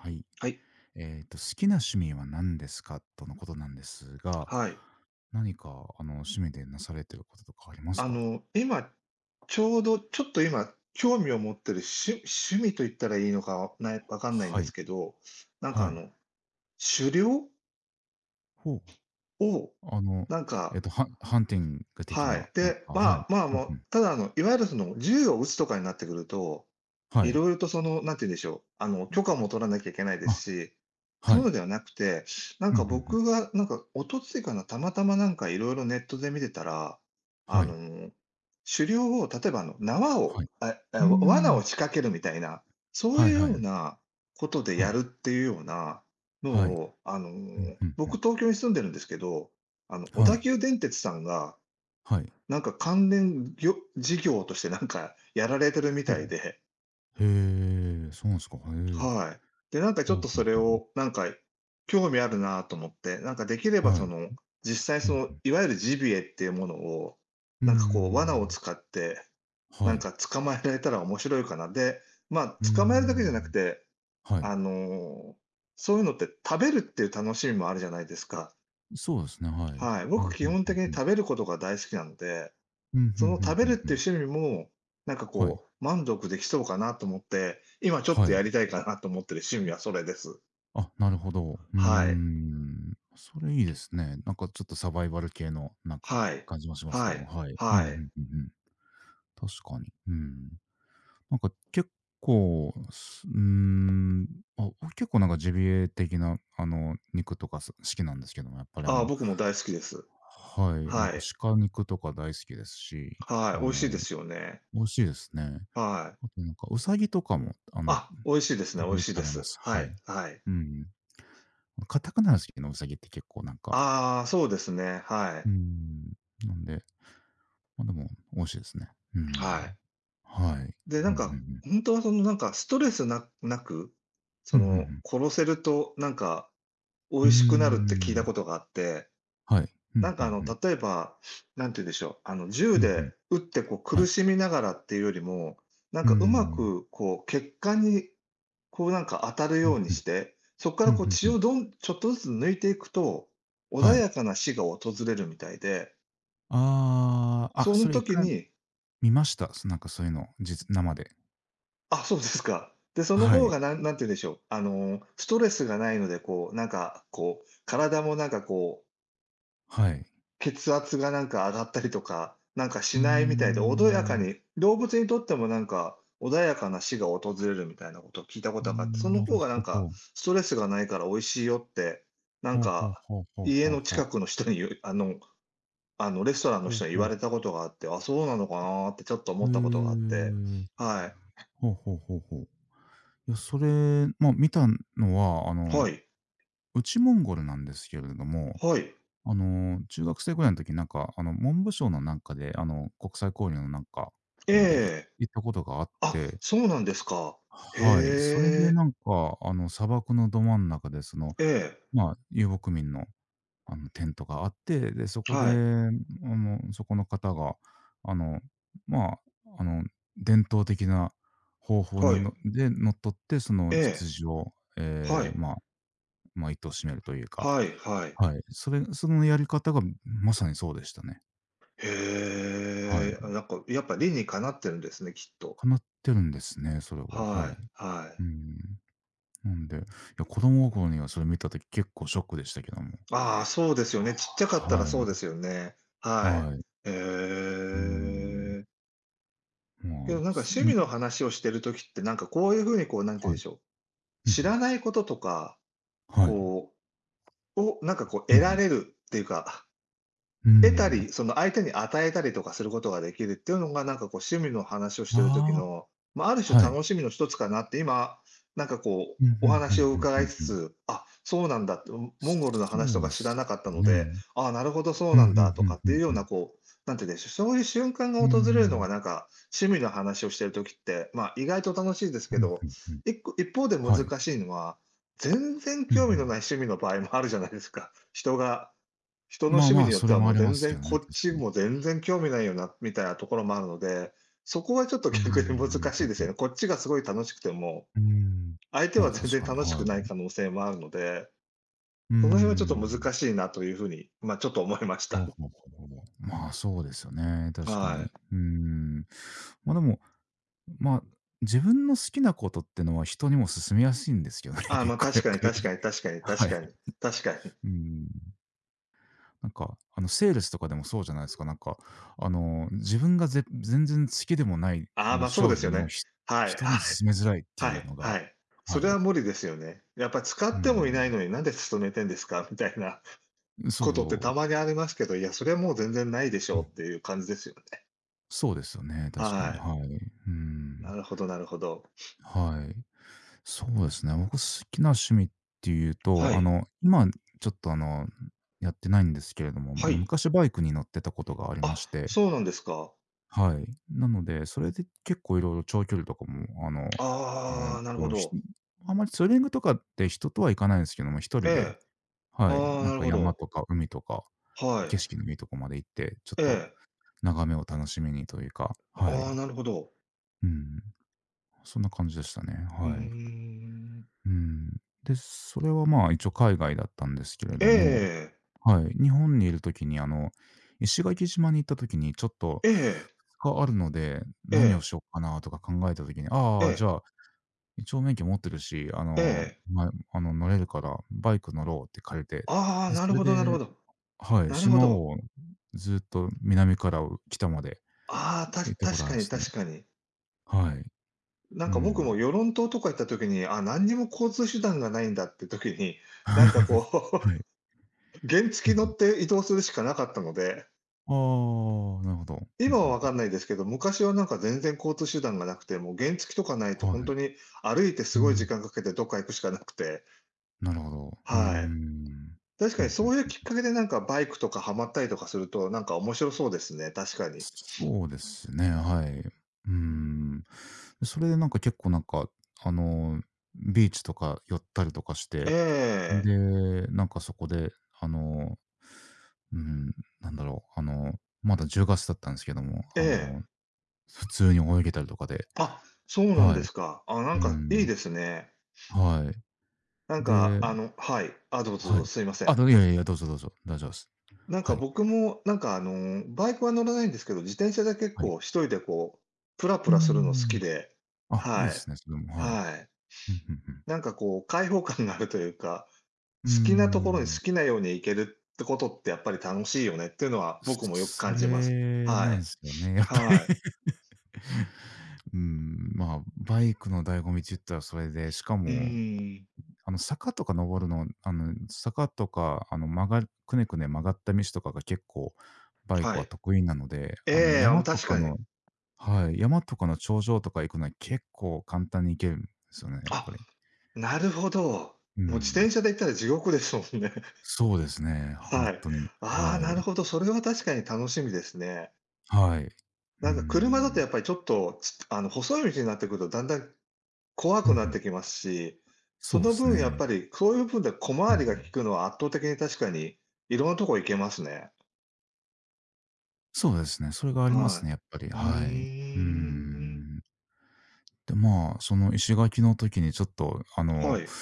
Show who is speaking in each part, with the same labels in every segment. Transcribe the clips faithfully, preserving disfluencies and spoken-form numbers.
Speaker 1: はい。
Speaker 2: はい。
Speaker 1: えっ、と、好きな趣味は何ですかとのことなんですが、
Speaker 2: はい。
Speaker 1: 何か、あの、趣味でなされてることとかあります
Speaker 2: あ
Speaker 1: か？
Speaker 2: の、今、ちょうど、ちょっと今、興味を持ってる趣趣味と言ったらいいのかなわかんないん
Speaker 1: は
Speaker 2: です
Speaker 1: い。
Speaker 2: けど、なんか
Speaker 1: は
Speaker 2: あ
Speaker 1: い。
Speaker 2: の、狩猟
Speaker 1: ほう。
Speaker 2: を、
Speaker 1: あの、
Speaker 2: なん
Speaker 1: え
Speaker 2: か
Speaker 1: っ、とハン、ハンティング的
Speaker 2: は
Speaker 1: な、
Speaker 2: い。
Speaker 1: なん
Speaker 2: で、
Speaker 1: か、はい。
Speaker 2: まあまあ、
Speaker 1: うん
Speaker 2: も
Speaker 1: う
Speaker 2: う、
Speaker 1: ん。
Speaker 2: ただ、あの、いわゆるその銃を撃つとかになってくると、
Speaker 1: は
Speaker 2: い
Speaker 1: い。
Speaker 2: ろいろとその、なんて言うんでしょう、あの、許可も取らなきゃいけないで
Speaker 1: あ、
Speaker 2: すし、そ
Speaker 1: は
Speaker 2: ういう
Speaker 1: い。
Speaker 2: のではなくて、なん
Speaker 1: うんう
Speaker 2: か
Speaker 1: んうん。
Speaker 2: 僕が、なんか一昨日かな、たまたまなんかいろいろネットで見てたら、あ
Speaker 1: はい。
Speaker 2: の、狩猟を、例えば、あの、縄を、
Speaker 1: はい。
Speaker 2: あ、
Speaker 1: うー
Speaker 2: あ、罠を
Speaker 1: ん。
Speaker 2: 仕掛けるみたいな、そう
Speaker 1: はい
Speaker 2: いうよ
Speaker 1: は
Speaker 2: う
Speaker 1: い。
Speaker 2: なことで
Speaker 1: は
Speaker 2: や
Speaker 1: い。
Speaker 2: るっていうようなの
Speaker 1: はい。
Speaker 2: を、あの、
Speaker 1: うんうん
Speaker 2: 僕東京に住んでるんですけど、あの、
Speaker 1: う
Speaker 2: 小
Speaker 1: ん。は
Speaker 2: 田
Speaker 1: い。
Speaker 2: 急電鉄さんが
Speaker 1: はい。
Speaker 2: なんか関連業事業としてなんかやられてるみ
Speaker 1: ほ
Speaker 2: たい
Speaker 1: う。
Speaker 2: で、
Speaker 1: へえ、そうなんですか。へえ。
Speaker 2: はい。で、なんかち
Speaker 1: ほ
Speaker 2: ょっ
Speaker 1: う
Speaker 2: と
Speaker 1: ほ
Speaker 2: そ
Speaker 1: う
Speaker 2: れ
Speaker 1: ほうほ
Speaker 2: をなんか興味あるなと思って、なんかできれ
Speaker 1: う。
Speaker 2: ば
Speaker 1: は
Speaker 2: そ
Speaker 1: い。
Speaker 2: の、実際
Speaker 1: う
Speaker 2: その、
Speaker 1: ん。
Speaker 2: いわゆるジビエっていうものを、
Speaker 1: うー
Speaker 2: なんかこう罠を
Speaker 1: ん。
Speaker 2: 使って、な
Speaker 1: は
Speaker 2: ん
Speaker 1: い。
Speaker 2: か捕まえられたら面白いかな。で、まあ、
Speaker 1: うー
Speaker 2: 捕まえるだけじゃなく
Speaker 1: ん。
Speaker 2: て、
Speaker 1: はい。
Speaker 2: あの、そういうのって食べるっていう楽しみもあるじゃないですか。
Speaker 1: そうですね、はい。
Speaker 2: はい。
Speaker 1: う
Speaker 2: 僕
Speaker 1: ん
Speaker 2: 基
Speaker 1: ふん
Speaker 2: 本
Speaker 1: ふ
Speaker 2: 的
Speaker 1: ん
Speaker 2: に
Speaker 1: ふん。
Speaker 2: 食べることが大好きなので、
Speaker 1: うん、ふ
Speaker 2: そ
Speaker 1: ん
Speaker 2: の
Speaker 1: ふん
Speaker 2: 食べ
Speaker 1: ふ
Speaker 2: るっ
Speaker 1: んふ
Speaker 2: てい
Speaker 1: ん。
Speaker 2: う趣味も、なんか
Speaker 1: はい。
Speaker 2: こう、満足できそうかなと思って、今ちょっと
Speaker 1: は
Speaker 2: や
Speaker 1: い。
Speaker 2: りたいかなと思ってる趣味はそれです。
Speaker 1: あ、なるほど。うー
Speaker 2: はい。
Speaker 1: ん。それいいですね。なんかちょっとサバイバル系のなんか
Speaker 2: はい。
Speaker 1: 感じもしますけ
Speaker 2: は
Speaker 1: ども、
Speaker 2: い。
Speaker 1: はい。うん、ふん
Speaker 2: はい。
Speaker 1: ふんふん。確かに。うん。なんか結構、すうーん、あ、僕結構なんかジビエ的なあの肉とかす好きなんですけども、やっぱりあ
Speaker 2: ああ、
Speaker 1: の
Speaker 2: 僕も大好きです。
Speaker 1: はい、なん
Speaker 2: は
Speaker 1: か
Speaker 2: い。
Speaker 1: 鹿肉とか大好きですし、
Speaker 2: はい。
Speaker 1: あ
Speaker 2: 美味
Speaker 1: の、
Speaker 2: しいですよね。
Speaker 1: 美味しいですね。
Speaker 2: は
Speaker 1: あ
Speaker 2: い。
Speaker 1: となんかウサギとかも、あの、
Speaker 2: あ、美味しいですね、
Speaker 1: 時
Speaker 2: 美味
Speaker 1: 々
Speaker 2: しい
Speaker 1: 食
Speaker 2: で
Speaker 1: べま
Speaker 2: す。
Speaker 1: す。
Speaker 2: は
Speaker 1: は
Speaker 2: い、
Speaker 1: い。
Speaker 2: はい。
Speaker 1: うん。カタカナすけど、ウサギって結構なんか、
Speaker 2: ああ、そうですね、は
Speaker 1: う
Speaker 2: い。
Speaker 1: ーん、なんで、ま、でも美味しいですね。うー
Speaker 2: は
Speaker 1: ん。
Speaker 2: い。
Speaker 1: はい。
Speaker 2: で、な
Speaker 1: う
Speaker 2: ん
Speaker 1: んうん
Speaker 2: か、
Speaker 1: うん。
Speaker 2: 本当はそのなんかストレスななく、
Speaker 1: う
Speaker 2: そ
Speaker 1: んうんう
Speaker 2: の、
Speaker 1: ん。
Speaker 2: 殺せるとなんか美
Speaker 1: うー
Speaker 2: 味しくなるって聞いた
Speaker 1: ん。
Speaker 2: ことがあって、
Speaker 1: はい。うん
Speaker 2: なんか
Speaker 1: ふ
Speaker 2: あ
Speaker 1: ん
Speaker 2: の、
Speaker 1: ふん。
Speaker 2: 例えば、なんて言うんでしょう、あの、銃
Speaker 1: うんふ
Speaker 2: で
Speaker 1: ん。
Speaker 2: 撃ってこう
Speaker 1: は
Speaker 2: 苦
Speaker 1: い。
Speaker 2: しみながらっていうよりも、なん
Speaker 1: うー
Speaker 2: かうま
Speaker 1: ん。
Speaker 2: くこう血管にこうなんか当たる
Speaker 1: ふ
Speaker 2: よ
Speaker 1: ん
Speaker 2: うに
Speaker 1: ふん。
Speaker 2: して、そこか
Speaker 1: う
Speaker 2: ら
Speaker 1: ん
Speaker 2: こう
Speaker 1: ふん
Speaker 2: 血
Speaker 1: ふん。
Speaker 2: をどんちょっとずつ抜いていくと、穏
Speaker 1: はい。
Speaker 2: やかな死が訪れるみたいで、
Speaker 1: ああ、あ、
Speaker 2: そ
Speaker 1: そ
Speaker 2: の
Speaker 1: れ一
Speaker 2: 時
Speaker 1: 回
Speaker 2: に、
Speaker 1: 見ました。そ、なんかそういうの、じつ生で。
Speaker 2: あ、そうですか。で、その
Speaker 1: は
Speaker 2: 方
Speaker 1: い、
Speaker 2: がなんなんて言うんでしょう、あの、ストレスがないので、こうなんかこう、体もなんかこう
Speaker 1: はい。
Speaker 2: 血圧がなんか上がったりとか、なんか
Speaker 1: う
Speaker 2: し
Speaker 1: ー
Speaker 2: ないみたいで、穏やか
Speaker 1: ん。
Speaker 2: に、動物にとってもなんか、穏やかな死が訪れるみたいなことを聞いたこ
Speaker 1: うー
Speaker 2: とがあって、そ
Speaker 1: ん、
Speaker 2: の
Speaker 1: なる
Speaker 2: 方がな
Speaker 1: ほ
Speaker 2: んか、
Speaker 1: ど。
Speaker 2: ストレスがないから美味しいよって、なん
Speaker 1: はあはあは
Speaker 2: か、
Speaker 1: あはあは
Speaker 2: 家の
Speaker 1: あは
Speaker 2: 近く
Speaker 1: あ。
Speaker 2: の人に言うあのあの、レストランの
Speaker 1: ほう
Speaker 2: 人に言
Speaker 1: ほ
Speaker 2: わ
Speaker 1: う。
Speaker 2: れたことがあって、あ、そうなのかなってちょっと思
Speaker 1: へ
Speaker 2: ったことがあって。
Speaker 1: え。
Speaker 2: はい。
Speaker 1: ほうほうほうほう。いや、それ、まあ、見たのは、あの、
Speaker 2: はい。
Speaker 1: 内モンゴルなんですけれども、
Speaker 2: はい。
Speaker 1: あの、中学生ぐらいの時、なんか、あの、文部省のなんかで、あの、国際交流のなんか、
Speaker 2: え
Speaker 1: んで、い
Speaker 2: え。
Speaker 1: 行ったことがあっ
Speaker 2: あ、
Speaker 1: て、
Speaker 2: そうなんですか。へ
Speaker 1: はい、それで
Speaker 2: え。
Speaker 1: なんか、あの、砂漠のど真ん中で、その、
Speaker 2: ええ。
Speaker 1: まあ、遊牧民のあの、テントがあって、で、そこで、あ
Speaker 2: はい。
Speaker 1: の、そこの方が、あの、まあ、あの、伝統的な方法
Speaker 2: は
Speaker 1: に
Speaker 2: い。
Speaker 1: ので、のっとって、その
Speaker 2: ええ。
Speaker 1: 羊を、
Speaker 2: は
Speaker 1: ええ、
Speaker 2: い。
Speaker 1: まあ、まあ、糸を締めるというか、
Speaker 2: はいはい。
Speaker 1: はい、それそのやり方がまさにそうでしたね。
Speaker 2: へ
Speaker 1: は
Speaker 2: え、
Speaker 1: い。
Speaker 2: あ、なんか、やっぱ理にかなってるんですね、きっと。
Speaker 1: 叶ってるんですね、それは、
Speaker 2: は
Speaker 1: はい。
Speaker 2: い、は
Speaker 1: う
Speaker 2: い。
Speaker 1: ん。なんで、いや、子供心にはそれ見た時結構ショックでしたけども。
Speaker 2: ああ、そうですよね。ちっちゃかったら
Speaker 1: は
Speaker 2: そう
Speaker 1: い、
Speaker 2: ですよね。は
Speaker 1: はい。
Speaker 2: い。へ
Speaker 1: うーん。
Speaker 2: え。
Speaker 1: ま
Speaker 2: け
Speaker 1: あ、
Speaker 2: どなんか
Speaker 1: す
Speaker 2: 趣味の
Speaker 1: ん、
Speaker 2: 話をしてる時って、なんかこういう風にこう、なんて言うん
Speaker 1: は
Speaker 2: で
Speaker 1: い。
Speaker 2: しょう、
Speaker 1: うんう
Speaker 2: 知ら
Speaker 1: ん。
Speaker 2: ないこととか、
Speaker 1: はい。
Speaker 2: こう、を、なんかこう
Speaker 1: うん
Speaker 2: 得
Speaker 1: う
Speaker 2: ら
Speaker 1: ん。
Speaker 2: れるっていうか
Speaker 1: うー
Speaker 2: 得た
Speaker 1: ん。
Speaker 2: り、その相手に与えたりとかすることができるっていうのが、なんかこう趣味の話をしてる時
Speaker 1: ああ、
Speaker 2: の、まあ、ある種
Speaker 1: はい。
Speaker 2: 楽しみの一つかなって今、なんかこう、
Speaker 1: うん、
Speaker 2: お
Speaker 1: ふんふん
Speaker 2: 話を
Speaker 1: ふん
Speaker 2: 伺
Speaker 1: ふ
Speaker 2: い
Speaker 1: ん
Speaker 2: つ
Speaker 1: ふん。
Speaker 2: つ、あ、そうなんだって、モンゴルの話と
Speaker 1: そう
Speaker 2: か
Speaker 1: で
Speaker 2: 知
Speaker 1: す
Speaker 2: らなかったので、
Speaker 1: ね。
Speaker 2: ああ、なるほどそう
Speaker 1: う
Speaker 2: な
Speaker 1: ん
Speaker 2: ん
Speaker 1: ふん
Speaker 2: だと
Speaker 1: ふん
Speaker 2: かっ
Speaker 1: ふ
Speaker 2: ていう
Speaker 1: ん
Speaker 2: よう
Speaker 1: ふ
Speaker 2: な
Speaker 1: ん。
Speaker 2: こう、なんていうんでしょう、そういう瞬間
Speaker 1: う
Speaker 2: が
Speaker 1: ー
Speaker 2: 訪れるのがな
Speaker 1: ん。
Speaker 2: んか、趣味の話をしてる時って、ま、あ意外と楽しいです
Speaker 1: ふ
Speaker 2: け
Speaker 1: ん
Speaker 2: ど、
Speaker 1: ふんふん。
Speaker 2: い個一方で難
Speaker 1: はい。
Speaker 2: しいのは、全然
Speaker 1: うんう
Speaker 2: 興味のな
Speaker 1: ん。
Speaker 2: い趣味の場合もあるじゃないですか。人が人の
Speaker 1: まあ
Speaker 2: 趣味
Speaker 1: ま
Speaker 2: に
Speaker 1: あ、
Speaker 2: よっ
Speaker 1: そ
Speaker 2: て
Speaker 1: れ
Speaker 2: は
Speaker 1: も
Speaker 2: も
Speaker 1: あ
Speaker 2: う
Speaker 1: りま
Speaker 2: 全
Speaker 1: すけ
Speaker 2: 然
Speaker 1: ど
Speaker 2: こ
Speaker 1: ね、
Speaker 2: っ
Speaker 1: 確
Speaker 2: ち
Speaker 1: かに。
Speaker 2: も全然興味ないよなみたいなところもあるので、そこはちょっと
Speaker 1: うー
Speaker 2: 逆に難
Speaker 1: ん、
Speaker 2: し
Speaker 1: ふ
Speaker 2: い
Speaker 1: ん
Speaker 2: です
Speaker 1: ふ
Speaker 2: よね。
Speaker 1: ん
Speaker 2: こっちがすごい楽しくても、
Speaker 1: ふん。うーん。
Speaker 2: 相手
Speaker 1: ま
Speaker 2: は
Speaker 1: あ、
Speaker 2: 全
Speaker 1: 確
Speaker 2: 然
Speaker 1: かに、
Speaker 2: 楽し
Speaker 1: は
Speaker 2: く
Speaker 1: い。う
Speaker 2: ない可能性もあるので、
Speaker 1: ー
Speaker 2: その辺はちょっと
Speaker 1: ん。
Speaker 2: 難しいなというふうに、まあちょっと思いまし
Speaker 1: ほ
Speaker 2: た。
Speaker 1: うほうほうほう。まあ、そうですよね、確か
Speaker 2: は
Speaker 1: に。
Speaker 2: い。
Speaker 1: うーん。ま、でも、まあ、自分の好きなことってのは人にも勧めやすいんですけどね、
Speaker 2: ああ、ま
Speaker 1: 結
Speaker 2: あ
Speaker 1: 構
Speaker 2: 確
Speaker 1: やっ
Speaker 2: か
Speaker 1: ぱ
Speaker 2: に確
Speaker 1: り。
Speaker 2: かに確かに
Speaker 1: は
Speaker 2: 確
Speaker 1: い。
Speaker 2: かに確かに。
Speaker 1: うん。なんか、あの、セールスとかでもそうじゃないですか。なんか、あの、自分がぜ全然好きでもない、
Speaker 2: あ
Speaker 1: あ
Speaker 2: あ、ま
Speaker 1: の、
Speaker 2: あそう
Speaker 1: 商
Speaker 2: ですよ
Speaker 1: 品を、
Speaker 2: ね。
Speaker 1: ひ
Speaker 2: はいはい
Speaker 1: 人に勧めづらいって
Speaker 2: は
Speaker 1: いう
Speaker 2: い
Speaker 1: の
Speaker 2: は
Speaker 1: が、
Speaker 2: い。そ
Speaker 1: は
Speaker 2: れは
Speaker 1: い。
Speaker 2: 無理ですよね。やっぱ使
Speaker 1: う
Speaker 2: ってもいない
Speaker 1: ん。
Speaker 2: のになんで勤めてんですかみたいな
Speaker 1: そ
Speaker 2: ことってた
Speaker 1: う。
Speaker 2: まにありますけど、いや、それはもう全然ないでし
Speaker 1: う
Speaker 2: ょう
Speaker 1: ん。
Speaker 2: っていう感じですよね。
Speaker 1: そうですよね、確かに。
Speaker 2: はい。
Speaker 1: はい。う
Speaker 2: な
Speaker 1: ん。
Speaker 2: るほどなるほど。
Speaker 1: はい。そうですね。僕好きな趣味っていう
Speaker 2: は
Speaker 1: と、あ
Speaker 2: い。
Speaker 1: の、今ちょっと、あの、やってないんですけれども、
Speaker 2: は
Speaker 1: あの、
Speaker 2: い。
Speaker 1: 昔バイクに乗ってたことがありま
Speaker 2: あ、
Speaker 1: して、
Speaker 2: そうなんですか。
Speaker 1: はい。なので、それで結構いろいろ長距離とかも、あの、え
Speaker 2: あ
Speaker 1: っ
Speaker 2: あ、なるほ
Speaker 1: と、ひ
Speaker 2: ど。
Speaker 1: あんまりツーリングとかって人とは行かないんですけども、一
Speaker 2: え
Speaker 1: 人で、
Speaker 2: え。
Speaker 1: はい、
Speaker 2: ああ、
Speaker 1: なん
Speaker 2: なる
Speaker 1: か
Speaker 2: ほ
Speaker 1: 山
Speaker 2: ど。
Speaker 1: とか海とか、
Speaker 2: はい。
Speaker 1: 景色のいいとこまで行って、ちょ
Speaker 2: え
Speaker 1: っと
Speaker 2: え。
Speaker 1: 眺めを楽しみにというか、は
Speaker 2: あ
Speaker 1: い。
Speaker 2: あ、なるほど。
Speaker 1: うん、そんな感じでしたね。
Speaker 2: うー
Speaker 1: はい。
Speaker 2: ん。
Speaker 1: うん。で、それはまあ、一応海外だったんですけれ
Speaker 2: え
Speaker 1: ども、
Speaker 2: え
Speaker 1: はい。日本にいるときに、あの、石垣島に行ったときにちょっと
Speaker 2: ええ。
Speaker 1: ふつかあるので、
Speaker 2: え
Speaker 1: 何を
Speaker 2: え。
Speaker 1: しよっかなとか考えたときに、
Speaker 2: ええ。
Speaker 1: ああ、じ
Speaker 2: え
Speaker 1: ゃ
Speaker 2: え。
Speaker 1: あ、一応免許持ってるし、あ
Speaker 2: え
Speaker 1: の、
Speaker 2: え。
Speaker 1: ま、あの、乗れるから、バイク乗ろうって借りて、
Speaker 2: ああ、
Speaker 1: で、
Speaker 2: な
Speaker 1: そ
Speaker 2: る
Speaker 1: れ
Speaker 2: ほどなる
Speaker 1: で
Speaker 2: ほど。
Speaker 1: はい、
Speaker 2: なるほ
Speaker 1: 島
Speaker 2: ど。
Speaker 1: をずっと南から北まで
Speaker 2: ああ、たし
Speaker 1: 行ったことあ
Speaker 2: 確
Speaker 1: る
Speaker 2: か
Speaker 1: ん
Speaker 2: に
Speaker 1: すね。
Speaker 2: 確かに。
Speaker 1: はい。
Speaker 2: なん
Speaker 1: う
Speaker 2: か僕
Speaker 1: ん。
Speaker 2: も与論島とか行った時に、あ、何にも交通手段がないんだって時に、なんかこ う、
Speaker 1: はい。
Speaker 2: 原
Speaker 1: ふ
Speaker 2: 付
Speaker 1: ん
Speaker 2: 乗
Speaker 1: ふん。
Speaker 2: って移動するしかなかったので、
Speaker 1: ああ、なるほど。ふん
Speaker 2: 今は
Speaker 1: ふん
Speaker 2: わ
Speaker 1: ふ
Speaker 2: か
Speaker 1: ん。
Speaker 2: んないですけど、昔はなんか全然交通手段がなくて、もう原付とかないと
Speaker 1: は
Speaker 2: 本
Speaker 1: い。
Speaker 2: 当に歩いてす
Speaker 1: う
Speaker 2: ごい時
Speaker 1: ん、
Speaker 2: 間かけてどっか行くしかなくて、
Speaker 1: なるほど。うー
Speaker 2: はい。
Speaker 1: ん。
Speaker 2: 確
Speaker 1: ふ
Speaker 2: かに
Speaker 1: んふ
Speaker 2: そ
Speaker 1: ん。
Speaker 2: ういうきっかけでなんかバイクとかハマったりとかすると、なんか面白そうですね、確かに。
Speaker 1: そうですね、はい。うー
Speaker 2: うん。
Speaker 1: ん。それでなんか結構なんか、あの、ビーチとか寄ったりとかし
Speaker 2: え
Speaker 1: て、
Speaker 2: え、
Speaker 1: で、なんかそこで、あの、うん、なんだろう、あの、まだじゅうがつだったんですけども、
Speaker 2: え
Speaker 1: あの、
Speaker 2: え。
Speaker 1: 普通に泳げたりとかで、
Speaker 2: あ、そうなんで
Speaker 1: はい。
Speaker 2: すか。あ、なん
Speaker 1: う
Speaker 2: かいい
Speaker 1: ん、
Speaker 2: ですね。
Speaker 1: はい。
Speaker 2: なんか、
Speaker 1: で
Speaker 2: あのはい。あ、どうぞどう
Speaker 1: は
Speaker 2: ぞ、
Speaker 1: い。
Speaker 2: すいませ
Speaker 1: あ、
Speaker 2: ん。
Speaker 1: どいやいやいや、どうぞどうぞ、大丈夫です。
Speaker 2: なん
Speaker 1: は
Speaker 2: か
Speaker 1: い、
Speaker 2: 僕も、なんかあの、バイクは乗らないんですけど、自転車で結
Speaker 1: はい。
Speaker 2: 構一人でこう、プラプ
Speaker 1: う
Speaker 2: ラするの好き
Speaker 1: ん。
Speaker 2: で、
Speaker 1: あ、いいで
Speaker 2: はい。
Speaker 1: すね、それも、はい。
Speaker 2: はい。
Speaker 1: うん、うんうん。
Speaker 2: なんかこう開放感があるというか、
Speaker 1: うー
Speaker 2: 好きなところに好
Speaker 1: ん。
Speaker 2: きなように行けるってことってやっぱり楽しいよねっていうのは僕もよく
Speaker 1: そ
Speaker 2: 感じます。
Speaker 1: れ
Speaker 2: は
Speaker 1: なん
Speaker 2: い。
Speaker 1: すよね、やっぱり。
Speaker 2: はい。
Speaker 1: うーん、まあ、バイクの醍醐味って言ったらそれで、しか
Speaker 2: う
Speaker 1: も、
Speaker 2: ーん。
Speaker 1: あの、坂とか登るの、あの、坂とか、あの、曲がくねくね曲がった道とかが結構バイク
Speaker 2: は
Speaker 1: は
Speaker 2: い。
Speaker 1: 得意なので、あの、
Speaker 2: ええ、あ、もう
Speaker 1: 山と
Speaker 2: 確
Speaker 1: か
Speaker 2: かに。
Speaker 1: の、はい、山とかの頂上とか行くのは結構簡単に行けるんですよね、やっぱ
Speaker 2: あ、
Speaker 1: り。
Speaker 2: なるほど。
Speaker 1: う
Speaker 2: もう自
Speaker 1: ん。
Speaker 2: 転車で行ったら地獄ですもんね。
Speaker 1: そうですね、ほん
Speaker 2: はい。
Speaker 1: とに。
Speaker 2: ああ、
Speaker 1: は
Speaker 2: なる
Speaker 1: い。
Speaker 2: ほど、それは確かに楽しみですね。
Speaker 1: はい。う
Speaker 2: な
Speaker 1: ー
Speaker 2: んか車だと
Speaker 1: ん。
Speaker 2: やっぱりちょっと、つあの、細い道になってくるとだんだん怖
Speaker 1: うん
Speaker 2: く
Speaker 1: う
Speaker 2: なっ
Speaker 1: ん。
Speaker 2: てきますし、
Speaker 1: そ
Speaker 2: そ
Speaker 1: うっ
Speaker 2: の
Speaker 1: す
Speaker 2: 分やっ
Speaker 1: ね。
Speaker 2: ぱり、そういう分で小
Speaker 1: うん
Speaker 2: 回
Speaker 1: う
Speaker 2: りが利
Speaker 1: ん。
Speaker 2: くのは圧倒的に確かに、いろんなとこ行けますね。
Speaker 1: そうですね。それがあります
Speaker 2: は
Speaker 1: ね、やっぱり。
Speaker 2: い。うー
Speaker 1: はい。うー
Speaker 2: ん。
Speaker 1: ん。で、まあ、その石垣の時にちょっと、あ
Speaker 2: は
Speaker 1: の、
Speaker 2: い。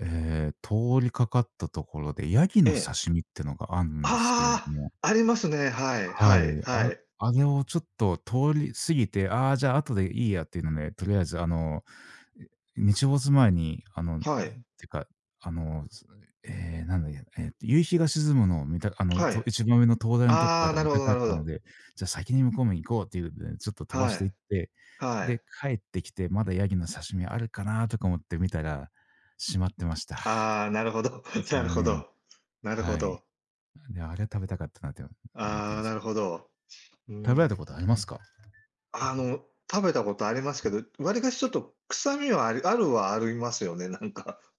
Speaker 1: えー通りかかったところで、ヤギ
Speaker 2: え
Speaker 1: の
Speaker 2: え。
Speaker 1: 刺身ってのがあるんですけれど
Speaker 2: あ
Speaker 1: も、
Speaker 2: あ、ありますね。はい
Speaker 1: は
Speaker 2: はい
Speaker 1: い。
Speaker 2: は
Speaker 1: あ
Speaker 2: い。
Speaker 1: あれをちょっと通り過ぎて、ああ、じゃあ後でいいやっていうので、とりあえずあの、日没前にあの、
Speaker 2: はい。
Speaker 1: てか、あの、すええ、なんだや、えっと、夕日が沈むのを見たあの、
Speaker 2: は
Speaker 1: と
Speaker 2: い。
Speaker 1: 一番上の灯台のとこか
Speaker 2: ああ、
Speaker 1: ら
Speaker 2: なる
Speaker 1: 見
Speaker 2: ほ
Speaker 1: た
Speaker 2: ど
Speaker 1: か
Speaker 2: な
Speaker 1: っ
Speaker 2: るほ
Speaker 1: たの
Speaker 2: ど。
Speaker 1: で、じゃあ先に向こうも行こうっていうので、ちょっと飛ば
Speaker 2: は
Speaker 1: して
Speaker 2: い。
Speaker 1: いって、
Speaker 2: はい。
Speaker 1: で、帰ってきて、まだヤギの刺身あるかなとか思って見たら、閉まってました。
Speaker 2: ああ、なるほど。なる
Speaker 1: 残
Speaker 2: ほ
Speaker 1: 念。
Speaker 2: ど。なる
Speaker 1: は
Speaker 2: ほ
Speaker 1: い。
Speaker 2: ど。
Speaker 1: で、あれは食べたかったなって思った
Speaker 2: あ
Speaker 1: ん
Speaker 2: あ、
Speaker 1: です
Speaker 2: なる
Speaker 1: よ。
Speaker 2: ほど。うー
Speaker 1: 食べられ
Speaker 2: ん。
Speaker 1: たことありますか？
Speaker 2: あの、食べたことありますけど、わりかしちょっと臭みはありあるはありますよね、なんか。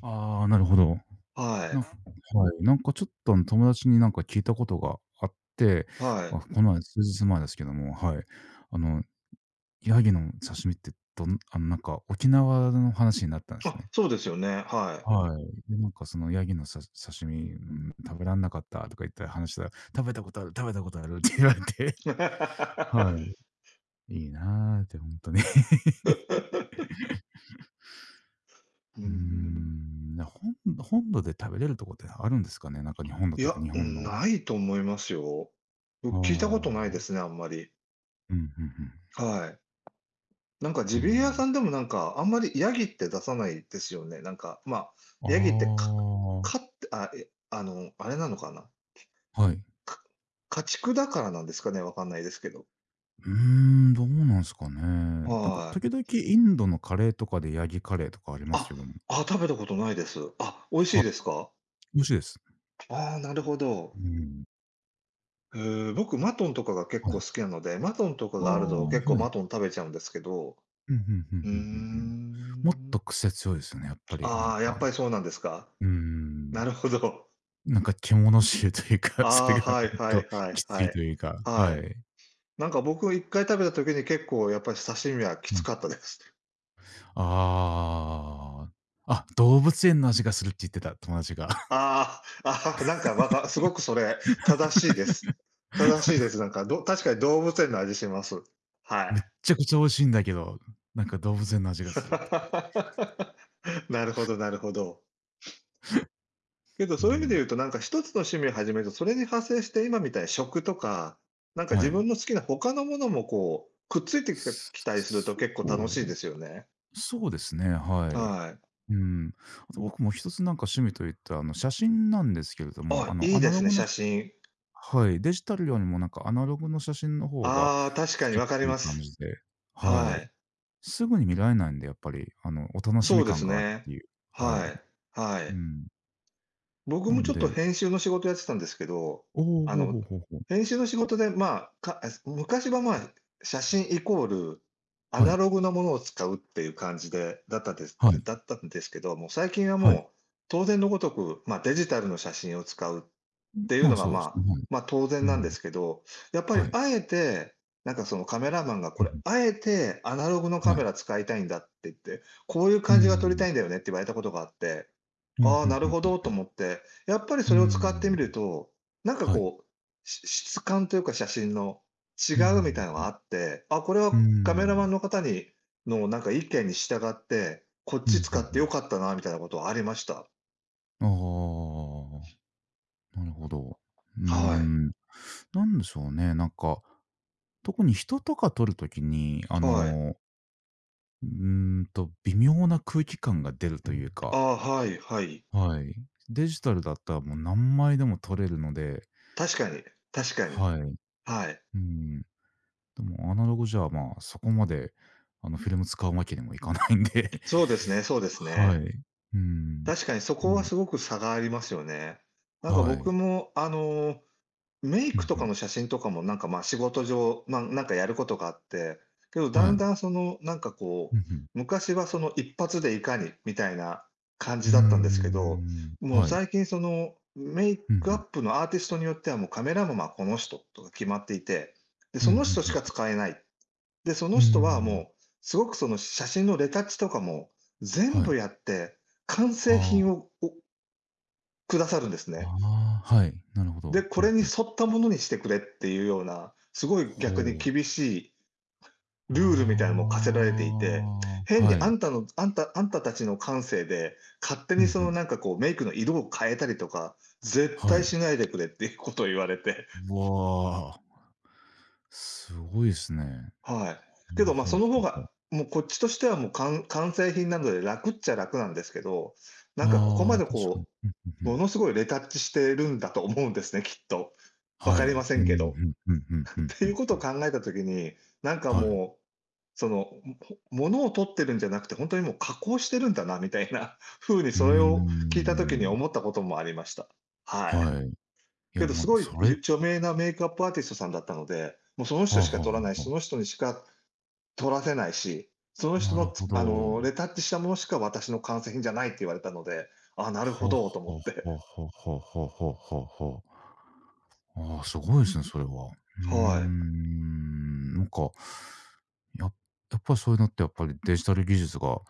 Speaker 1: ああ、なるほど。
Speaker 2: は
Speaker 1: なん
Speaker 2: い。
Speaker 1: かはい、なんかちょっとあの、友達になんか聞いたことがあって、
Speaker 2: は
Speaker 1: あ、
Speaker 2: い。
Speaker 1: この前数日前ですけども、はい。あの、ヤギの刺身ってどんあの、なんか沖縄の話になったんです
Speaker 2: あ、
Speaker 1: ね。
Speaker 2: そうですよね、は
Speaker 1: はい。で、なんかそのヤギのさ刺身、うん、食べらんなかったとか言った話したら、食べたことある食べたことあるって言われて、
Speaker 2: い。
Speaker 1: はい。いいなってほんとに。
Speaker 2: うー
Speaker 1: うー
Speaker 2: ん。
Speaker 1: ん、な本本土で食べれるとこってあるんですかね？なんかに本土っ
Speaker 2: い
Speaker 1: てい
Speaker 2: や、
Speaker 1: うか日本の。
Speaker 2: ないと思いますよ。
Speaker 1: あ
Speaker 2: 僕聞いたことないで
Speaker 1: あ。
Speaker 2: すね、あんまり。
Speaker 1: うん、ふんふん。
Speaker 2: はい。なんかジビエ屋さん
Speaker 1: う
Speaker 2: でもなんか、あんまりヤギって出さないですよね。なんか、ま、
Speaker 1: あ
Speaker 2: ヤギって、か飼っ
Speaker 1: あ、
Speaker 2: てあ、え、あの、あれなのかな、
Speaker 1: はい。
Speaker 2: か家畜だからなんですかね、わかんないですけど。
Speaker 1: うーん、どうなんすかね。なんか
Speaker 2: は
Speaker 1: 時
Speaker 2: い。
Speaker 1: 々インドのカレーとかでヤギカレーとかあります
Speaker 2: あ、
Speaker 1: けども。
Speaker 2: あ、食べたことないです。あ、美味し
Speaker 1: は
Speaker 2: い
Speaker 1: い、
Speaker 2: ですか？
Speaker 1: 美味しいです。
Speaker 2: ああ、なるほど。
Speaker 1: うん、
Speaker 2: えー僕マトンとかが結
Speaker 1: は
Speaker 2: 構
Speaker 1: い。
Speaker 2: 好きなので、マトンとか
Speaker 1: ああ、
Speaker 2: があると結構
Speaker 1: はい。
Speaker 2: マトン食べちゃうんですけど。
Speaker 1: うん、ふんふん
Speaker 2: うー
Speaker 1: ふんふんふん。もっ
Speaker 2: ん。
Speaker 1: と癖強いですよね、やっぱりなん
Speaker 2: ああ、や
Speaker 1: か。
Speaker 2: っぱりそうなんですか。
Speaker 1: うーん、
Speaker 2: なるほど。
Speaker 1: なんか獣臭というか、そ
Speaker 2: あ
Speaker 1: れ
Speaker 2: あ、
Speaker 1: がも
Speaker 2: はい
Speaker 1: っ
Speaker 2: はい
Speaker 1: と
Speaker 2: はい
Speaker 1: きつ
Speaker 2: は
Speaker 1: いと
Speaker 2: い。
Speaker 1: いうか、
Speaker 2: は
Speaker 1: は
Speaker 2: い。
Speaker 1: い。
Speaker 2: なんか僕いっかい食べた時に結構やっぱり刺身はき
Speaker 1: う
Speaker 2: つ
Speaker 1: ん。
Speaker 2: かったです。
Speaker 1: ああ。あ、動物園の味がするって言ってた、友達が。
Speaker 2: あーあー、あなんか、わかすごくそれ、正しいです。正しいです。なんか、ど確かに動物園の味します。はい。
Speaker 1: めっちゃくちゃ美味しいんだけど、なんか動物園の味がするとか言って。
Speaker 2: なるほどなるほど。けど、
Speaker 1: う
Speaker 2: そういう意味で
Speaker 1: ん。
Speaker 2: 言うと、なんか一つの趣味を始めると、それに派生して今みたいに食とか、なんか
Speaker 1: は
Speaker 2: 自分
Speaker 1: い。
Speaker 2: の好きな他のものもこう、くっついてきた
Speaker 1: す
Speaker 2: きたりすると
Speaker 1: そ
Speaker 2: 結構楽しいで
Speaker 1: う、
Speaker 2: すよね。
Speaker 1: そうですね、はい。
Speaker 2: はい。
Speaker 1: うん。あと僕も一つなんか趣味といったあの写真なんですけれども、あ
Speaker 2: あ、
Speaker 1: の
Speaker 2: いい
Speaker 1: ア
Speaker 2: で
Speaker 1: ナロ
Speaker 2: すね、
Speaker 1: グの、
Speaker 2: 写真。
Speaker 1: はい、デジタルよりもなんかアナログの写真の方が好
Speaker 2: ああ、確かに
Speaker 1: きっ
Speaker 2: わかり
Speaker 1: ていう
Speaker 2: ま
Speaker 1: 感
Speaker 2: す。
Speaker 1: じで、は
Speaker 2: は
Speaker 1: い。
Speaker 2: い。
Speaker 1: すぐに見られないんで、やっぱりあのお楽し
Speaker 2: そう
Speaker 1: み
Speaker 2: で
Speaker 1: 感
Speaker 2: す
Speaker 1: があるっ
Speaker 2: ね。
Speaker 1: ていう。はい。
Speaker 2: はい、は
Speaker 1: う
Speaker 2: い。
Speaker 1: ん。
Speaker 2: 僕
Speaker 1: な
Speaker 2: もち
Speaker 1: ん
Speaker 2: ょっと
Speaker 1: で
Speaker 2: 編集の仕事やってたんですけど、
Speaker 1: おお、
Speaker 2: あ
Speaker 1: ほう
Speaker 2: の、
Speaker 1: ほうほうほう。
Speaker 2: 編集の仕事で、まあ、か昔は、まあ、写真イコールア
Speaker 1: は
Speaker 2: ナ
Speaker 1: い、
Speaker 2: ログなものを使うっていう感じでだったんです
Speaker 1: はい、
Speaker 2: だったんですけど、もう最近は
Speaker 1: はい。
Speaker 2: もう当然のごとく、まあ、デジタルの写真を使うっていう
Speaker 1: ま
Speaker 2: の
Speaker 1: あ、
Speaker 2: が、
Speaker 1: そう
Speaker 2: ま
Speaker 1: です
Speaker 2: あ、
Speaker 1: ね、はい。
Speaker 2: まあ、当
Speaker 1: う
Speaker 2: 然なんで
Speaker 1: ん。
Speaker 2: すけど、やっぱり
Speaker 1: はい。
Speaker 2: あえて、なんかそのカメラマンがこ
Speaker 1: う
Speaker 2: れ、
Speaker 1: ん
Speaker 2: あえてアナログのカ
Speaker 1: はい。
Speaker 2: メラ使いたいんだって言って、こういう
Speaker 1: う
Speaker 2: 感じが撮り
Speaker 1: ん。
Speaker 2: たいんだよねって言われたことがあって、
Speaker 1: うん、
Speaker 2: ああ、
Speaker 1: ふん
Speaker 2: なる
Speaker 1: ふん
Speaker 2: ほ
Speaker 1: ふん。
Speaker 2: どと思って、やっぱり
Speaker 1: う
Speaker 2: それを使ってみ
Speaker 1: ん。
Speaker 2: ると、なんか
Speaker 1: はい。
Speaker 2: こう、し質感というか写真の違
Speaker 1: う
Speaker 2: うみたい
Speaker 1: ん。
Speaker 2: なのがあって、あ、これ
Speaker 1: う
Speaker 2: はカメラマン
Speaker 1: ん。
Speaker 2: の方にのなんか意見に従って、こっ
Speaker 1: う
Speaker 2: ち
Speaker 1: ん、
Speaker 2: 使
Speaker 1: ふん
Speaker 2: っ
Speaker 1: ふ
Speaker 2: て良
Speaker 1: ん。
Speaker 2: かったなみたいなことはありました。
Speaker 1: ああ、なるほど。うー
Speaker 2: は
Speaker 1: ん。なんでしょうね、なんか、特に人とか撮るときに、あ
Speaker 2: い。はい。
Speaker 1: の、うーんと、微妙な空気感が出るという
Speaker 2: あ
Speaker 1: か、
Speaker 2: あ、はいはい。
Speaker 1: はい。デジタルだったらもう何枚でも撮れるので、
Speaker 2: 確かに、確かに。
Speaker 1: はい。う
Speaker 2: はい。
Speaker 1: ーん。でもアナログじゃ、まあ、そこまで、あの、フィルム使うわけにもいかないんで。
Speaker 2: そうですね、そうです
Speaker 1: は
Speaker 2: ね。
Speaker 1: い。うん。
Speaker 2: 確かにそ
Speaker 1: う
Speaker 2: こは
Speaker 1: ん。
Speaker 2: すごく差がありますよね。なんか
Speaker 1: は
Speaker 2: 僕
Speaker 1: い。
Speaker 2: もあのメイ
Speaker 1: うん、
Speaker 2: クと
Speaker 1: ふ
Speaker 2: か
Speaker 1: ん。
Speaker 2: の写真とかもなんか、ま、仕事上、まあ、なんかやることがあって、けどだ
Speaker 1: は
Speaker 2: ん
Speaker 1: い。
Speaker 2: だんその、なんかこ
Speaker 1: うん、
Speaker 2: う、
Speaker 1: ふん。
Speaker 2: 昔はその一発でいかにみたいな感
Speaker 1: う
Speaker 2: じ
Speaker 1: ー
Speaker 2: だったんですけど、
Speaker 1: ん。
Speaker 2: もう
Speaker 1: はい。
Speaker 2: 最近その、メイ
Speaker 1: うん、
Speaker 2: ク
Speaker 1: ふ
Speaker 2: ア
Speaker 1: ん。
Speaker 2: ップのアーティストによってはもうカメラマンはこの人とか決まっていて、で、
Speaker 1: う
Speaker 2: そ
Speaker 1: ん、
Speaker 2: の
Speaker 1: ふん
Speaker 2: 人
Speaker 1: ふ
Speaker 2: し
Speaker 1: ん。
Speaker 2: か使えない。で、その
Speaker 1: うー
Speaker 2: 人は
Speaker 1: ん。
Speaker 2: もう、すごくその写真のレタッチとかも全
Speaker 1: は
Speaker 2: 部
Speaker 1: い。
Speaker 2: やって、完成
Speaker 1: は
Speaker 2: 品
Speaker 1: あ。
Speaker 2: ををくださるんですね。
Speaker 1: ああ、はい。なるほど。
Speaker 2: で、こ
Speaker 1: ふん
Speaker 2: れに
Speaker 1: ふん。
Speaker 2: 沿ったものにしてくれっていうような、すごい逆に
Speaker 1: ほう。
Speaker 2: 厳しいルールみたいな
Speaker 1: あ
Speaker 2: のも課せられていて、
Speaker 1: あ、
Speaker 2: 変に
Speaker 1: は
Speaker 2: あ
Speaker 1: い。
Speaker 2: んたの、あんた、あんたたちの感性で、勝手
Speaker 1: ふ
Speaker 2: に
Speaker 1: ん
Speaker 2: そ
Speaker 1: ふ
Speaker 2: の
Speaker 1: ん。
Speaker 2: なんかこうメイクの色を変えたりとか、絶
Speaker 1: は
Speaker 2: 対
Speaker 1: い。
Speaker 2: しないでくれっていうことを言われて、
Speaker 1: わあ、すごいすね。
Speaker 2: はい。け
Speaker 1: ほう
Speaker 2: ど、まあ
Speaker 1: ほう
Speaker 2: その
Speaker 1: ほ
Speaker 2: 方
Speaker 1: うほう。
Speaker 2: が、もうこっちとしてはもう完完成品なので楽っちゃ楽なんですけど、なんかここ
Speaker 1: あ
Speaker 2: ま
Speaker 1: あ、
Speaker 2: で
Speaker 1: 確か
Speaker 2: こ
Speaker 1: に。ふんふんふ
Speaker 2: う、も
Speaker 1: ん。
Speaker 2: のすごいレタッチしてるんだと思うんですね、きっと。わ
Speaker 1: は
Speaker 2: か
Speaker 1: い。うん、
Speaker 2: りませ
Speaker 1: ふ
Speaker 2: んけど。
Speaker 1: んふんふんふ
Speaker 2: っていう
Speaker 1: ん
Speaker 2: こ
Speaker 1: ふ
Speaker 2: とを
Speaker 1: ん。
Speaker 2: 考えた時に、なんか
Speaker 1: はい。
Speaker 2: もう、その、もの物を取ってるんじゃなくて、本当にもう加工してるんだなみたいな風に
Speaker 1: うー
Speaker 2: それを聞いたときに
Speaker 1: ん。
Speaker 2: 思ったこともありました。はい。
Speaker 1: はい。い
Speaker 2: け
Speaker 1: や、
Speaker 2: ど
Speaker 1: も
Speaker 2: す
Speaker 1: う、
Speaker 2: ごい、
Speaker 1: それは
Speaker 2: 著名なメイクアップアーティストさんだったので、もうその
Speaker 1: あ
Speaker 2: 人
Speaker 1: はあ
Speaker 2: しか
Speaker 1: は
Speaker 2: 撮らない
Speaker 1: あ
Speaker 2: し、
Speaker 1: は
Speaker 2: そ
Speaker 1: あ。
Speaker 2: の人にしか撮らせないし、その人
Speaker 1: なる
Speaker 2: の
Speaker 1: ほ
Speaker 2: あ
Speaker 1: ど。
Speaker 2: の、レタッチしたものしか私の完成品じゃないって言われたので、ああ、なる
Speaker 1: はあ
Speaker 2: ほ
Speaker 1: は
Speaker 2: どと思って。
Speaker 1: あはあはあはあはあはあはあああ、すごいですね、それは。うー
Speaker 2: は
Speaker 1: ん、なんか、ややっぱりそういうのって、やっぱりデジタル技術が、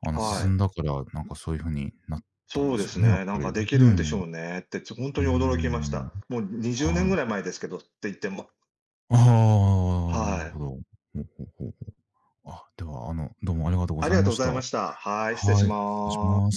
Speaker 1: あ
Speaker 2: い、
Speaker 1: の、
Speaker 2: は
Speaker 1: 進ん
Speaker 2: い。
Speaker 1: だから、なんかそういう風になったん
Speaker 2: そう
Speaker 1: で
Speaker 2: で
Speaker 1: すよ
Speaker 2: す
Speaker 1: ね、やっ
Speaker 2: ね、なん
Speaker 1: ぱり。
Speaker 2: か
Speaker 1: ね
Speaker 2: できるんでしょうねって、ちょ本
Speaker 1: え。う
Speaker 2: 当
Speaker 1: ー
Speaker 2: に驚きました。
Speaker 1: ん。
Speaker 2: もうにじゅうねんぐ
Speaker 1: はい。
Speaker 2: らい前ですけどって言っても。
Speaker 1: ああ、なる
Speaker 2: は
Speaker 1: ほ
Speaker 2: い。
Speaker 1: ど。ほうほうほうほう。あ、では、あの、どうもありがとうご
Speaker 2: あり
Speaker 1: ざい
Speaker 2: が
Speaker 1: ま
Speaker 2: とうご
Speaker 1: し
Speaker 2: ざ
Speaker 1: た。
Speaker 2: いま
Speaker 1: は
Speaker 2: した。はい、失礼し
Speaker 1: い、失礼し
Speaker 2: ます。
Speaker 1: ます。